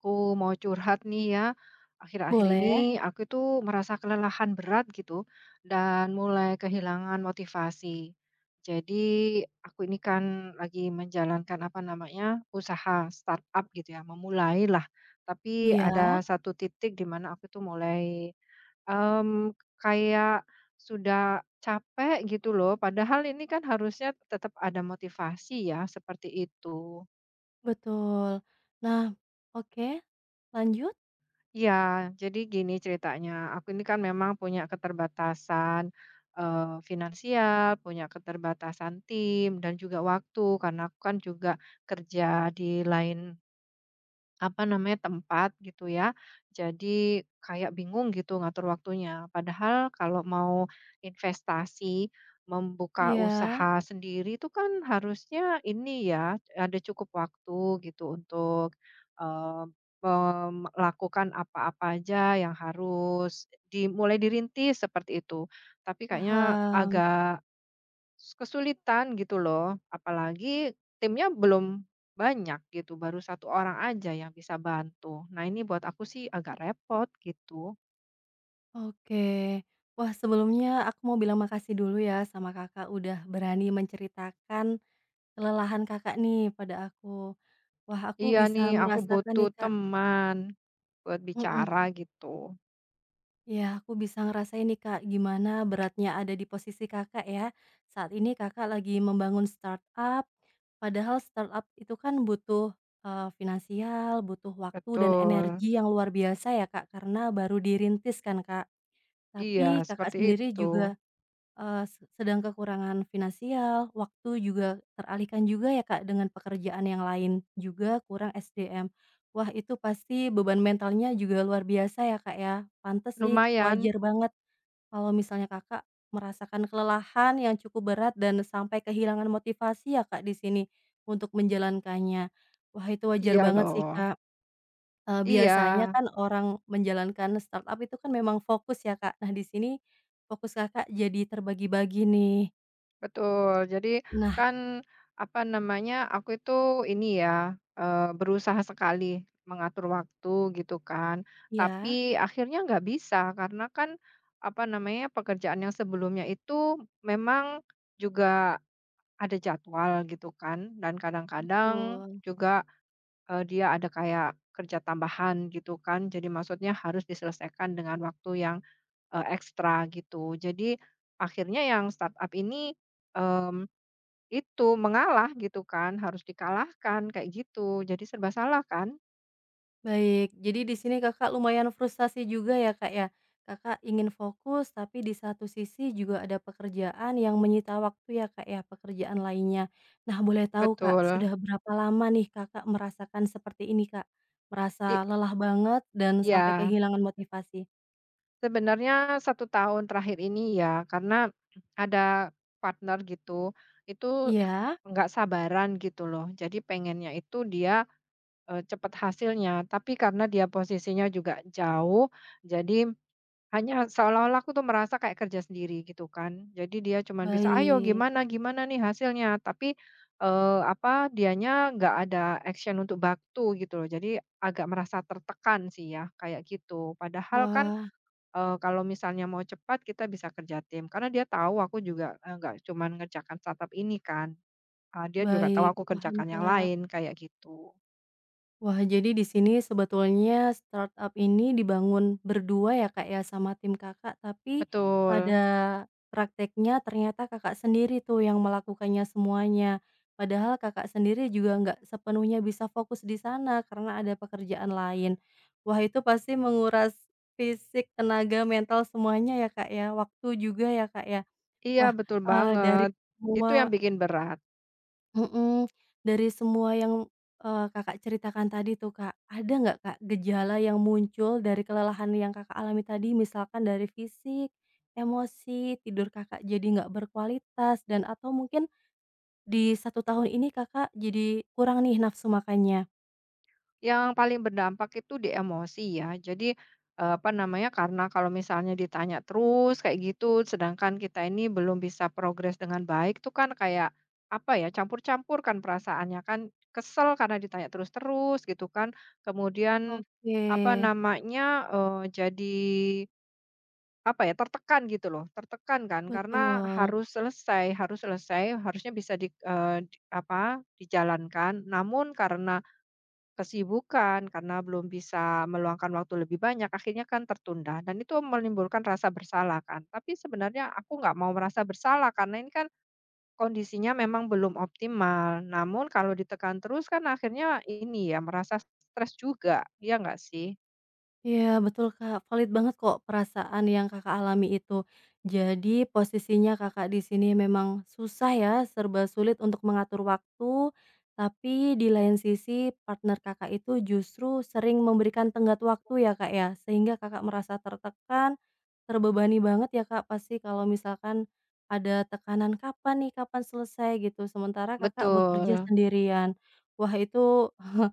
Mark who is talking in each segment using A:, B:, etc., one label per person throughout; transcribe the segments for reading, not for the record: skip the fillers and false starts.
A: Aku mau curhat nih ya. Akhir-akhir
B: Boleh,
A: ini aku itu merasa kelelahan berat gitu dan mulai kehilangan motivasi. Jadi aku ini kan lagi menjalankan apa namanya usaha startup gitu ya, memulailah. Tapi
B: iya,
A: ada satu titik di mana aku tuh mulai em, kayak sudah capek gitu loh. Padahal ini kan harusnya tetap ada motivasi ya seperti itu.
B: betul. Nah, oke, lanjut?
A: Iya, jadi gini ceritanya, aku ini kan memang punya keterbatasan, finansial, punya keterbatasan tim, dan juga waktu, karena aku kan juga kerja di lain apa namanya, tempat gitu ya. Jadi kayak bingung gitu ngatur waktunya. Padahal kalau mau investasi, membuka
B: Iya,
A: usaha sendiri itu kan harusnya ini ya, ada cukup waktu gitu untuk, eee, melakukan apa-apa aja yang harus dimulai dirintis seperti itu. Tapi kayaknya
B: paham,
A: agak kesulitan gitu loh, apalagi timnya belum banyak gitu, baru 1 orang aja yang bisa bantu. Nah ini buat aku sih agak repot gitu.
B: oke. Wah, sebelumnya aku mau bilang makasih dulu ya sama Kakak udah berani menceritakan kelelahan Kakak nih pada aku. Wah, aku
A: Iya
B: bisa
A: nih, aku
B: merasakan nih,
A: butuh
B: Kak.
A: teman buat
B: Mhm.
A: bicara gitu.
B: Ya aku bisa ngerasain nih Kak, gimana beratnya ada di posisi Kakak ya. Saat ini Kakak lagi membangun startup, padahal startup itu kan butuh, finansial, butuh waktu dan
A: Betul.
B: energi yang luar biasa ya Kak, karena baru dirintis kan Kak.
A: Iya,
B: Tapi Kakak
A: seperti
B: sendiri
A: itu.
B: juga sedang kekurangan finansial, waktu juga teralihkan juga ya, Kak, dengan pekerjaan yang lain juga kurang SDM. Wah, itu pasti beban mentalnya juga luar biasa ya, Kak, ya. Pantes sih,
A: Lumayan.
B: wajar banget kalau misalnya Kakak merasakan kelelahan yang cukup berat dan sampai kehilangan motivasi ya, Kak, di sini untuk menjalankannya. Wah, itu wajar
A: Iya
B: banget sih,
A: loh.
B: Kak. Eee,
A: Iya.
B: biasanya kan orang menjalankan startup itu kan memang fokus ya, Kak. Nah, di sini fokus Kakak jadi terbagi-bagi nih.
A: Betul. Jadi
B: Nah
A: kan, apa namanya, aku itu ini ya, berusaha sekali mengatur waktu gitu kan,
B: iya,
A: tapi akhirnya nggak bisa karena kan, apa namanya, pekerjaan yang sebelumnya itu memang juga ada jadwal gitu kan dan kadang-kadang
B: betul.
A: juga, dia ada kayak kerja tambahan gitu kan. Jadi maksudnya harus diselesaikan dengan waktu yang, ekstra gitu. Jadi akhirnya yang startup ini, mmm itu, mengalah gitu kan, harus dikalahkan kayak gitu, jadi serba salah kan?
B: Baik, jadi di sini Kakak lumayan frustasi juga ya, Kak, ya? Kakak ingin fokus, tapi di satu sisi juga ada pekerjaan yang menyita waktu ya, Kak, ya, pekerjaan lainnya. Nah, boleh tahu, Kak,
A: Betul.
B: sudah berapa lama nih Kakak merasakan seperti ini, Kak?
A: I
B: Merasa lelah banget dan sampai
A: iya,
B: kehilangan motivasi?
A: sebenarnya 1 tahun terakhir ini ya, karena ada partner gitu, itu
B: Iya,
A: nggak sabaran gitu loh. Jadi pengennya itu dia, cepat hasilnya, tapi karena dia posisinya juga jauh, jadi hanya seolah-olah aku tuh merasa kayak kerja sendiri gitu kan. Jadi dia cuman bisa, "Ayo
B: baik.
A: gimana gimana nih hasilnya?" Tapi, apa, dianya nggak ada action untuk bantu gitu loh. Jadi agak merasa tertekan sih ya, kayak gitu. Padahal kan,
B: Wah,
A: kalau misalnya mau cepat kita bisa kerja tim, karena dia tahu aku juga, nggak cuman ngerjakan startup ini kan, dia juga tahu
B: baik,
A: aku
B: paham,
A: kerjakan yang
B: Kak.
A: lain, kayak gitu.
B: Wah, jadi di sini sebetulnya startup ini dibangun berdua ya, Kak, ya, sama tim Kakak, tapi pada
A: Betul.
B: prakteknya ternyata Kakak sendiri tuh yang melakukannya semuanya. Padahal Kakak sendiri juga nggak sepenuhnya bisa fokus di sana karena ada pekerjaan lain. Wah, itu pasti menguras fisik, tenaga, mental semuanya ya, Kak, ya, waktu juga ya, Kak, ya.
A: Iya,
B: Wah,
A: betul
B: dari
A: banget. Itu yang
B: semua
A: bikin berat.
B: Mhm, dari semua yang, Kakak ceritakan tadi tuh, Kak, ada nggak, Kak, gejala yang muncul dari kelelahan yang Kakak alami tadi? Misalkan dari fisik, emosi, tidur Kakak jadi nggak berkualitas dan atau mungkin di 1 tahun ini Kakak jadi kurang nih nafsu makannya?
A: Yang paling berdampak itu di emosi ya. Jadi, apa namanya, karena kalau misalnya ditanya terus kayak gitu, sedangkan kita ini belum bisa progres dengan baik tuh kan kayak, apa ya, campur-campur kan perasaannya kan, kesel karena ditanya terus-terus gitu kan, kemudian,
B: Oke,
A: apa namanya, jadi, apa ya, tertekan gitu loh, tertekan kan karena
B: betul.
A: harus selesai, harusnya bisa di di apa, dijalankan, namun karena kesibukan karena belum bisa meluangkan waktu lebih banyak, akhirnya kan tertunda dan itu menimbulkan rasa bersalah kan. Tapi sebenarnya aku nggak mau merasa bersalah karena ini kan kondisinya memang belum optimal. Namun kalau ditekan terus kan akhirnya ini ya merasa stres juga, ya nggak sih?
B: Iya betul Kak, valid banget kok perasaan yang Kakak alami itu. Jadi posisinya Kakak di sini memang susah ya, serba sulit untuk mengatur waktu, tapi di lain sisi partner Kakak itu justru sering memberikan tenggat waktu ya Kak ya, sehingga Kakak merasa tertekan, terbebani banget ya Kak pasti kalau misalkan ada tekanan kapan nih, kapan selesai gitu, sementara Kakak bekerja
A: Betul,
B: sendirian. Wah, itu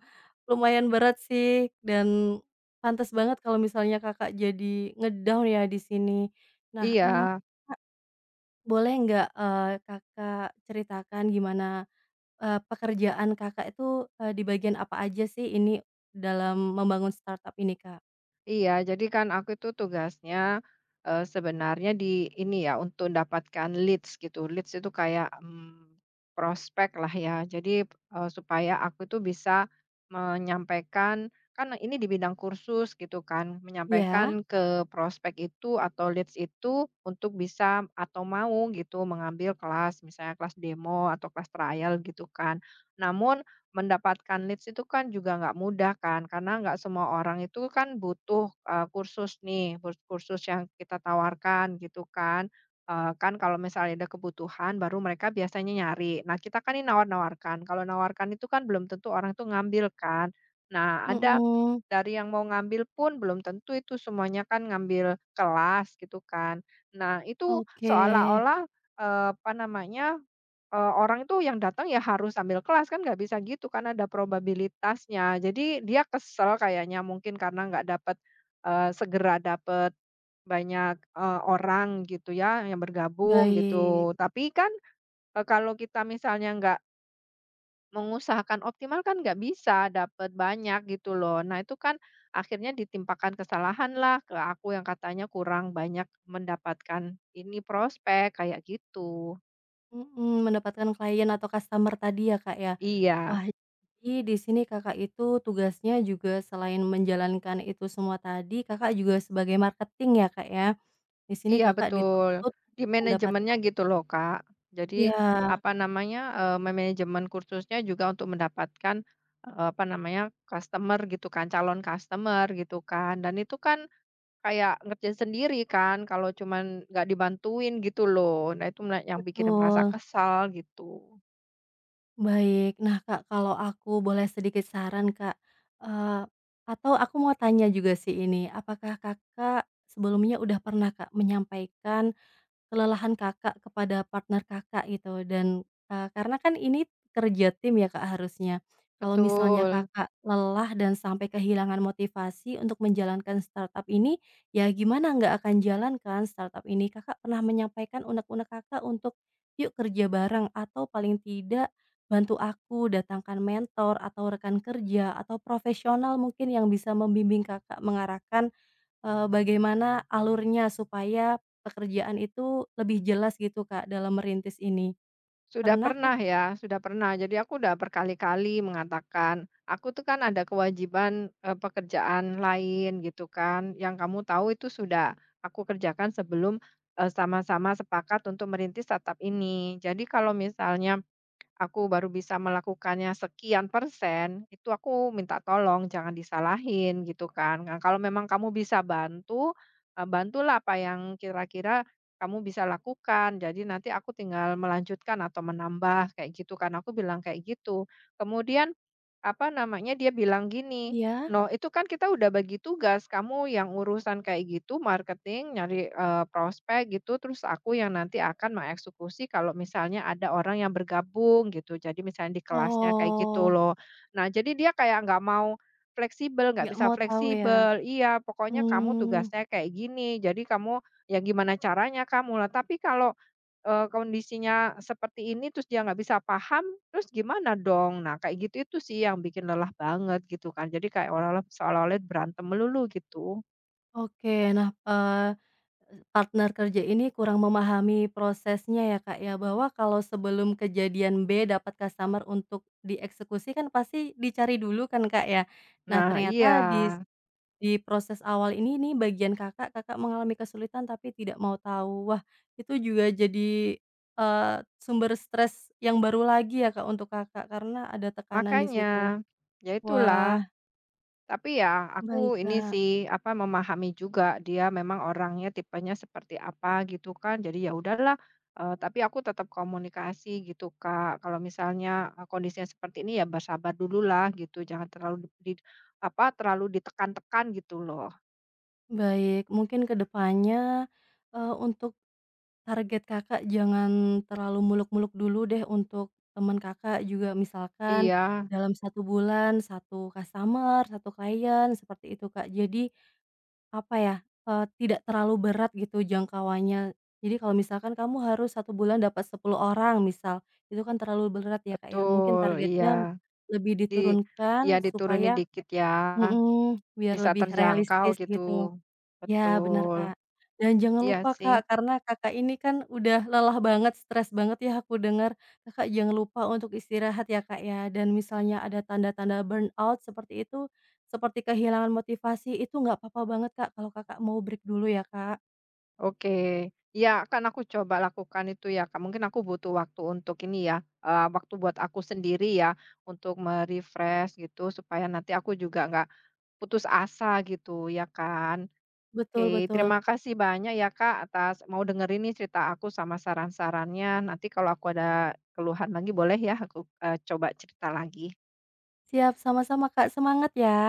B: lumayan berat sih dan pantes banget kalau misalnya Kakak jadi ngedown ya di sini. Nah,
A: iya.
B: Kak, boleh nggak, Kakak ceritakan gimana, pekerjaan Kakak itu, di bagian apa aja sih ini dalam membangun startup ini, Kak?
A: Iya, jadi kan aku itu tugasnya, sebenarnya di ini ya, untuk mendapatkan leads gitu. Leads itu kayak, prospek lah ya. Jadi, supaya aku itu bisa menyampaikan kan ini di bidang kursus gitu kan,
B: Iya,
A: menyampaikan ke prospek itu atau leads itu untuk bisa atau mau gitu mengambil kelas, misalnya kelas demo atau kelas trial gitu kan. Namun mendapatkan leads itu kan juga nggak mudah kan, karena nggak semua orang itu kan butuh, kursus nih, kursus yang kita tawarkan gitu kan. Kan kalau misalnya ada kebutuhan baru mereka biasanya nyari. Nah, kita kan ini nawar-nawarkan, kalau nawarkan itu kan belum tentu orang itu ngambil kan. Nah, ada
B: mhm,
A: dari yang mau ngambil pun belum tentu itu semuanya kan ngambil kelas gitu kan. Nah, itu
B: oke,
A: seolah-olah, apa namanya orang itu yang datang ya harus sambil kelas, kan nggak bisa gitu, kan ada probabilitasnya. Jadi dia kesel kayaknya mungkin karena nggak dapat segera dapat banyak, orang gitu ya yang bergabung
B: baik,
A: gitu. Tapi kan, kalau kita misalnya nggak mengusahakan optimal kan nggak bisa dapat banyak gitu loh. Nah itu kan akhirnya ditimpakan kesalahanlah ke aku yang katanya kurang banyak mendapatkan ini prospek, kayak gitu.
B: mhm, mendapatkan klien atau customer tadi ya, Kak, ya?
A: Iya.
B: Wah, jadi di sini Kakak itu tugasnya juga selain menjalankan itu semua tadi, Kakak juga sebagai marketing ya, Kak, ya? Di sini
A: Iya
B: Kakak
A: betul,
B: dituntut
A: di
B: untuk mendapatkan,
A: manajemennya gitu loh, Kak. Jadi
B: iya,
A: apa namanya, memanajemen kursusnya juga untuk mendapatkan, apa namanya, customer gitu kan, calon customer gitu kan, dan itu kan kayak ngerjain sendiri kan kalau cuman nggak dibantuin gitu loh. Nah itu yang bikin merasa
B: betul,
A: kesal gitu.
B: baik. Nah Kak, kalau aku boleh sedikit saran Kak, eee, atau aku mau tanya juga sih ini, apakah Kakak sebelumnya udah pernah Kak menyampaikan kelelahan Kakak kepada partner Kakak gitu dan, karena kan ini kerja tim ya Kak harusnya. Kalau misalnya
A: Betul.
B: Kakak lelah dan sampai kehilangan motivasi untuk menjalankan startup ini, ya gimana nggak akan jalan kan startup ini. Kakak pernah menyampaikan unek-unek Kakak untuk, "Yuk kerja bareng," atau paling tidak, "Bantu aku datangkan mentor atau rekan kerja," atau profesional mungkin yang bisa membimbing Kakak mengarahkan. Eee, bagaimana alurnya supaya pekerjaan itu lebih jelas gitu, Kak, dalam merintis ini.
A: Sudah
B: Pernah kah?
A: pernah ya, sudah pernah. Jadi aku udah berkali-kali mengatakan, "Aku tuh kan ada kewajiban, pekerjaan lain," gitu kan, "yang kamu tahu itu sudah aku kerjakan sebelum, sama-sama sepakat untuk merintis startup ini." Jadi kalau misalnya aku baru bisa melakukannya sekian persen, itu aku minta tolong jangan disalahin gitu kan. Nah, kalau memang kamu bisa bantu, bantulah apa yang kira-kira kamu bisa lakukan. Jadi nanti aku tinggal melanjutkan atau menambah kayak gitu kan, aku bilang kayak gitu. Kemudian, apa namanya, dia bilang gini,
B: Iya?
A: "No, itu kan kita udah bagi tugas, kamu yang urusan kayak gitu, marketing, nyari, prospek gitu, terus aku yang nanti akan mengeksekusi kalau misalnya ada orang yang bergabung gitu, jadi misalnya di kelasnya kayak gitu
B: Oh,
A: loh." Nah, jadi dia kayak nggak mau fleksibel, nggak
B: nggak
A: bisa
B: mau tahu ya?
A: fleksibel, iya, pokoknya kamu
B: Hmm.
A: tugasnya kayak gini, jadi kamu ya gimana caranya kamu lah. Tapi kalau kondisinya seperti ini, terus dia nggak bisa paham, terus gimana dong? Nah, kayak gitu itu sih yang bikin lelah banget gitu kan. Jadi kayak seolah-olah berantem melulu gitu.
B: Oke. Nah, partner kerja ini kurang memahami prosesnya ya, Kak, ya, bahwa kalau sebelum kejadian B dapat customer untuk dieksekusi kan pasti dicari dulu kan, Kak, ya. Nah,
A: Nah iya,
B: ternyata di proses awal ini nih bagian Kakak, Kakak mengalami kesulitan tapi tidak mau tahu. Wah, itu juga jadi, sumber stres yang baru lagi ya, Kak, untuk Kakak karena ada tekanan di
A: makanya.
B: situ.
A: Ya itulah.
B: Wah,
A: Tapi ya
B: baik,
A: aku ini
B: Kak,
A: sih, apa, memahami juga dia memang orangnya tipenya seperti apa gitu kan. Jadi ya udahlah, tapi aku tetap komunikasi gitu, Kak. Kalau misalnya, kondisinya seperti ini ya bersabar dulu lah gitu, jangan terlalu di apa, terlalu ditekan-tekan gitu loh.
B: baik. Mungkin kedepannya depannya, untuk target Kakak jangan terlalu muluk-muluk dulu deh untuk teman Kakak juga. Misalkan
A: Iya,
B: dalam 1 bulan satu customer, satu klien, seperti itu, Kak. Jadi apa ya, tidak terlalu berat gitu jangkauannya. Jadi kalau misalkan kamu harus 1 bulan dapat 10 orang misal, itu kan terlalu berat ya, Kak, ya. Mungkin
A: betul,
B: targetnya
A: iya.
B: lebih
A: Di
B: diturunkan
A: iya diturunin
B: supaya
A: dikit ya,
B: mhm, biar
A: bisa
B: lebih
A: terjangkau
B: realistis
A: gitu.
B: gitu. Ya, benar,
A: Betul,
B: Kak. Dan jangan
A: iya
B: lupa,
A: sih.
B: Kak, karena Kakak ini kan udah lelah banget, stres banget ya aku dengar. Kakak jangan lupa untuk istirahat ya, Kak, ya. Dan misalnya ada tanda-tanda burnout seperti itu, seperti kehilangan motivasi, itu nggak apa-apa banget, Kak, kalau Kakak mau break dulu ya, Kak.
A: Oke, ya akan aku coba lakukan itu ya, Kak. Mungkin aku butuh waktu untuk ini ya, waktu buat aku sendiri ya, untuk me gitu supaya nanti aku juga nggak putus asa gitu ya kan.
B: Betul,
A: Oke,
B: betul.
A: terima kasih banyak ya, Kak, atas mau dengerin nih cerita aku sama saran-sarannya. Nanti kalau aku ada keluhan lagi boleh ya aku, coba cerita lagi.
B: Siap, sama-sama, Kak. Semangat ya.